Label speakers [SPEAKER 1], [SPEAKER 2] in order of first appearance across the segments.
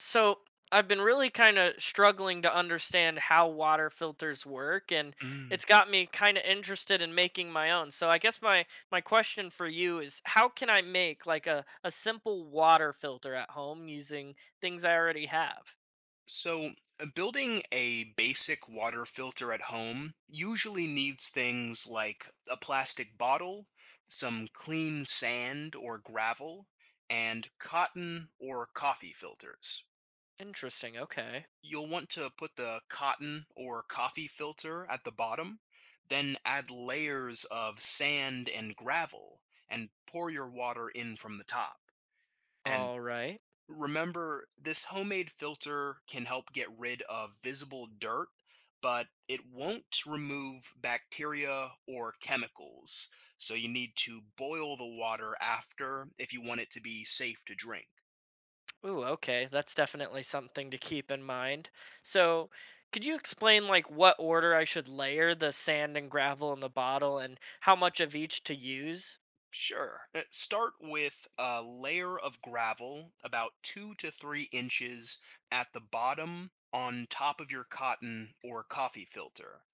[SPEAKER 1] So I've been really kind of struggling to understand how water filters work, and
[SPEAKER 2] Mm.
[SPEAKER 1] it's got me kind of interested in making my own. So I guess my question for you is, how can I make like a simple water filter at home using things I already have?
[SPEAKER 2] So, building a basic water filter at home usually needs things like a plastic bottle, some clean sand or gravel, and cotton or coffee filters.
[SPEAKER 1] Interesting. Okay.
[SPEAKER 2] You'll want to put the cotton or coffee filter at the bottom, then add layers of sand and gravel, and pour your water in from the top. And
[SPEAKER 1] All right.
[SPEAKER 2] Remember, this homemade filter can help get rid of visible dirt, but it won't remove bacteria or chemicals. So you need to boil the water after if you want it to be safe to drink.
[SPEAKER 1] Ooh, okay. That's definitely something to keep in mind. So, could you explain like what order I should layer the sand and gravel in the bottle and how much of each to use?
[SPEAKER 2] Sure. Start with a layer of gravel about 2 to 3 inches at the bottom on top of your cotton or coffee filter.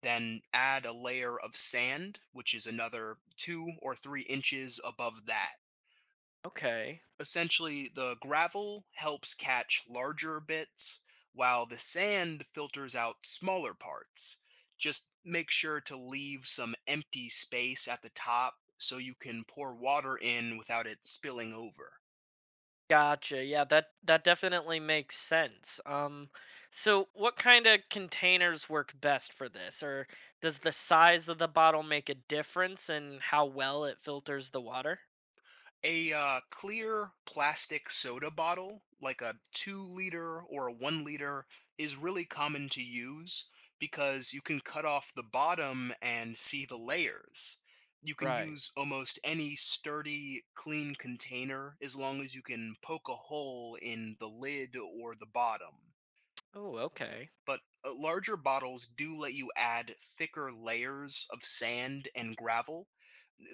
[SPEAKER 2] Then add a layer of sand, which is another 2 or 3 inches above that.
[SPEAKER 1] Okay.
[SPEAKER 2] Essentially, the gravel helps catch larger bits, while the sand filters out smaller parts. Just make sure to leave some empty space at the top so you can pour water in without it spilling over.
[SPEAKER 1] Gotcha. Yeah, that definitely makes sense. So, what kind of containers work best for this, or does the size of the bottle make a difference in how well it filters the water?
[SPEAKER 2] A clear plastic soda bottle, like a 2 liter or a 1 liter, is really common to use because you can cut off the bottom and see the layers. You can
[SPEAKER 1] Right.
[SPEAKER 2] use almost any sturdy, clean container as long as you can poke a hole in the lid or the bottom,
[SPEAKER 1] Oh, okay.
[SPEAKER 2] but larger bottles do let you add thicker layers of sand and gravel.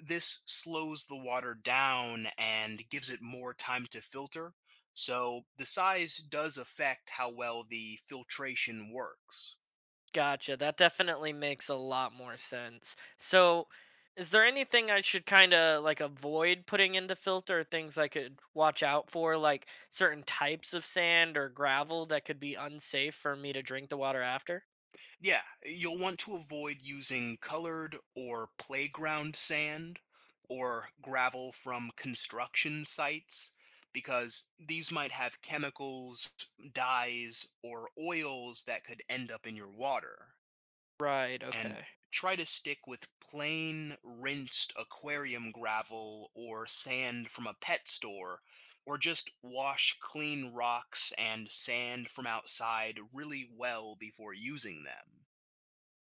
[SPEAKER 2] This slows the water down and gives it more time to filter, so the size does affect how well the filtration works.
[SPEAKER 1] Gotcha. That definitely makes a lot more sense. So, is there anything I should kind of like avoid putting into filter, things I could watch out for, like certain types of sand or gravel that could be unsafe for me to drink the water after?
[SPEAKER 2] Yeah, you'll want to avoid using colored or playground sand or gravel from construction sites because these might have chemicals, dyes, or oils that could end up in your water.
[SPEAKER 1] Right,
[SPEAKER 2] And
[SPEAKER 1] okay.
[SPEAKER 2] try to stick with plain, rinsed aquarium gravel or sand from a pet store, or just wash clean rocks and sand from outside really well before using them.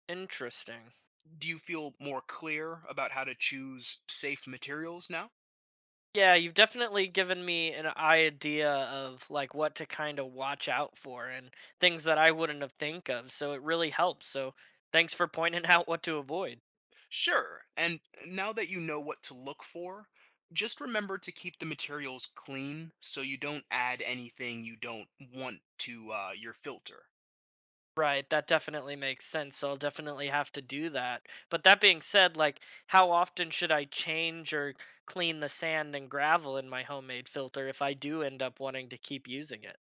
[SPEAKER 1] Interesting.
[SPEAKER 2] Do you feel more clear about how to choose safe materials now?
[SPEAKER 1] Yeah, you've definitely given me an idea of like what to kind of watch out for and things that I wouldn't have think of. So it really helps. So thanks for pointing out what to avoid.
[SPEAKER 2] Sure. And now that you know what to look for, just remember to keep the materials clean so you don't add anything you don't want to your filter.
[SPEAKER 1] Right, that definitely makes sense. So I'll definitely have to do that. But that being said, like how often should I change or clean the sand and gravel in my homemade filter if I do end up wanting to keep using it?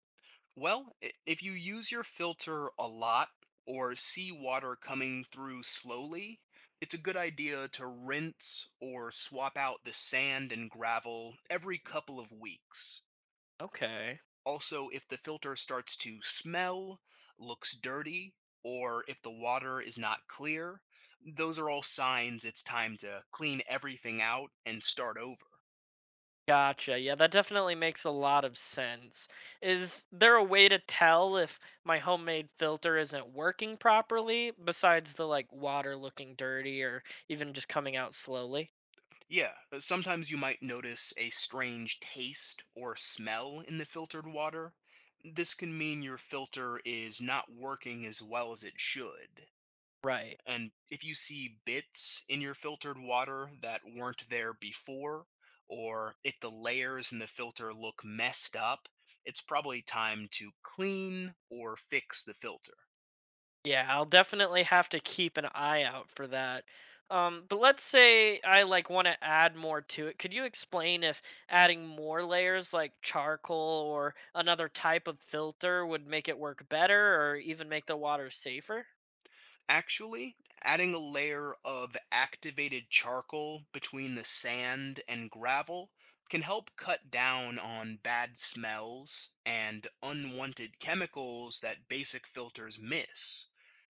[SPEAKER 2] Well, if you use your filter a lot or see water coming through slowly, it's a good idea to rinse or swap out the sand and gravel every couple of weeks.
[SPEAKER 1] Okay.
[SPEAKER 2] Also, if the filter starts to smell, looks dirty, or if the water is not clear, those are all signs it's time to clean everything out and start over.
[SPEAKER 1] Gotcha. Yeah, that definitely makes a lot of sense. Is there a way to tell if my homemade filter isn't working properly besides the like water looking dirty or even just coming out slowly?
[SPEAKER 2] Yeah, sometimes you might notice a strange taste or smell in the filtered water. This can mean your filter is not working as well as it should.
[SPEAKER 1] Right.
[SPEAKER 2] And if you see bits in your filtered water that weren't there before, or if the layers in the filter look messed up, it's probably time to clean or fix the filter.
[SPEAKER 1] Yeah, I'll definitely have to keep an eye out for that. But let's say I like want to add more to it. Could you explain if adding more layers like charcoal or another type of filter would make it work better or even make the water safer?
[SPEAKER 2] Actually, adding a layer of activated charcoal between the sand and gravel can help cut down on bad smells and unwanted chemicals that basic filters miss.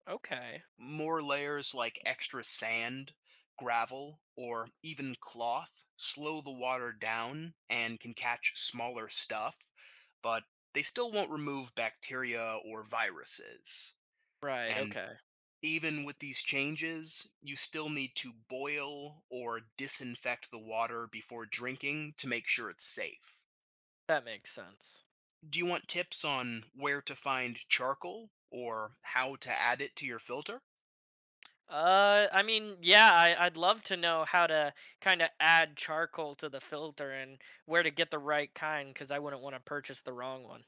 [SPEAKER 1] Okay.
[SPEAKER 2] More layers like extra sand, gravel, or even cloth slow the water down and can catch smaller stuff, but they still won't remove bacteria or viruses.
[SPEAKER 1] Right,
[SPEAKER 2] And
[SPEAKER 1] okay.
[SPEAKER 2] even with these changes, you still need to boil or disinfect the water before drinking to make sure it's safe.
[SPEAKER 1] That makes sense.
[SPEAKER 2] Do you want tips on where to find charcoal or how to add it to your filter?
[SPEAKER 1] I mean, yeah, I'd love to know how to kind of add charcoal to the filter and where to get the right kind because I wouldn't want to purchase the wrong one.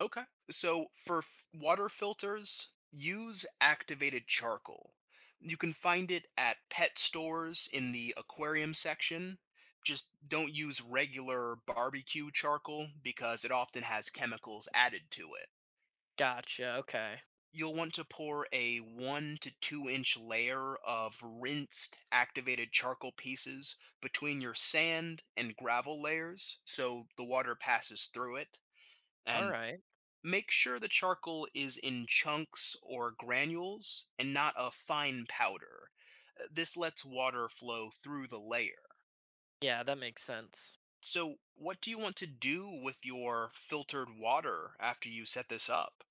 [SPEAKER 2] Okay. So for water filters, use activated charcoal. You can find it at pet stores in the aquarium section. Just don't use regular barbecue charcoal because it often has chemicals added to it.
[SPEAKER 1] Gotcha. Okay.
[SPEAKER 2] You'll want to pour a 1 to 2 inch layer of rinsed activated charcoal pieces between your sand and gravel layers so the water passes through it.
[SPEAKER 1] All
[SPEAKER 2] And
[SPEAKER 1] right.
[SPEAKER 2] Make sure the charcoal is in chunks or granules and not a fine powder. This lets water flow through the layer.
[SPEAKER 1] Yeah, that makes sense.
[SPEAKER 2] So, what do you want to do with your filtered water after you set this up?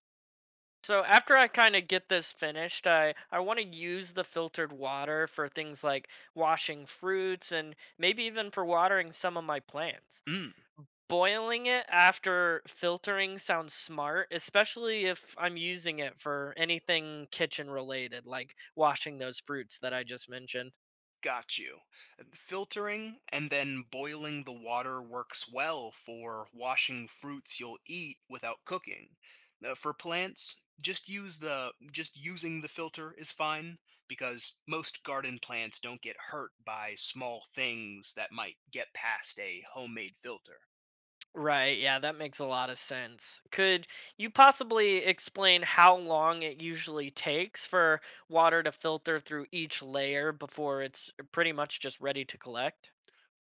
[SPEAKER 1] So after I kind of get this finished, I want to use the filtered water for things like washing fruits and maybe even for watering some of my plants.
[SPEAKER 2] Mm.
[SPEAKER 1] Boiling it after filtering sounds smart, especially if I'm using it for anything kitchen related, like washing those fruits that I just mentioned.
[SPEAKER 2] Got you. Filtering and then boiling the water works well for washing fruits you'll eat without cooking. For plants, just using the filter is fine because most garden plants don't get hurt by small things that might get past a homemade filter.
[SPEAKER 1] Right, yeah, that makes a lot of sense. Could you possibly explain how long it usually takes for water to filter through each layer before it's pretty much just ready to collect?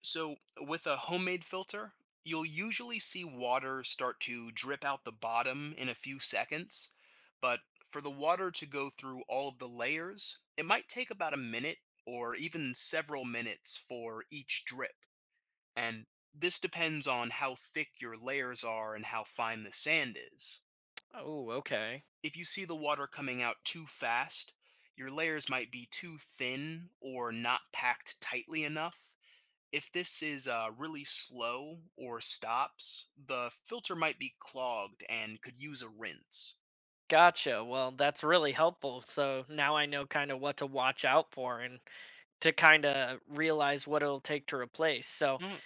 [SPEAKER 2] So, with a homemade filter, you'll usually see water start to drip out the bottom in a few seconds. But for the water to go through all of the layers, it might take about a minute or even several minutes for each drip. And this depends on how thick your layers are and how fine the sand is.
[SPEAKER 1] Oh, okay.
[SPEAKER 2] If you see the water coming out too fast, your layers might be too thin or not packed tightly enough. If this is really slow or stops, the filter might be clogged and could use a rinse.
[SPEAKER 1] Gotcha. Well, that's really helpful. So now I know kind of what to watch out for and to kind of realize what it'll take to replace. So,
[SPEAKER 2] Mm,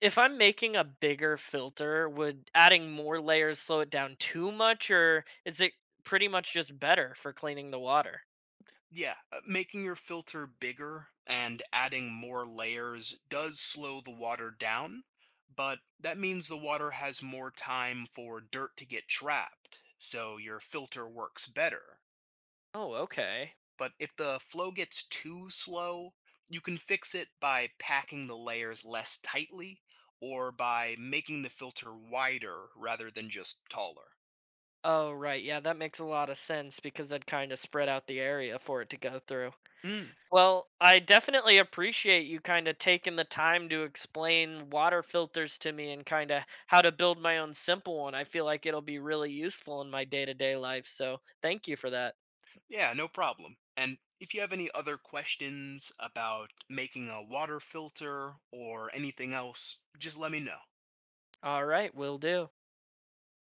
[SPEAKER 1] if I'm making a bigger filter, would adding more layers slow it down too much, or is it pretty much just better for cleaning the water?
[SPEAKER 2] yeah, making your filter bigger and adding more layers does slow the water down, but that means the water has more time for dirt to get trapped, so your filter works better.
[SPEAKER 1] Oh, okay.
[SPEAKER 2] But if the flow gets too slow, you can fix it by packing the layers less tightly or by making the filter wider rather than just taller.
[SPEAKER 1] Oh, right. Yeah, that makes a lot of sense because I'd kind of spread out the area for it to go through.
[SPEAKER 2] Mm.
[SPEAKER 1] Well, I definitely appreciate you kind of taking the time to explain water filters to me and kind of how to build my own simple one. I feel like it'll be really useful in my day to day life. So thank you for that.
[SPEAKER 2] Yeah, no problem. And if you have any other questions about making a water filter or anything else, just let me know.
[SPEAKER 1] All right, will do.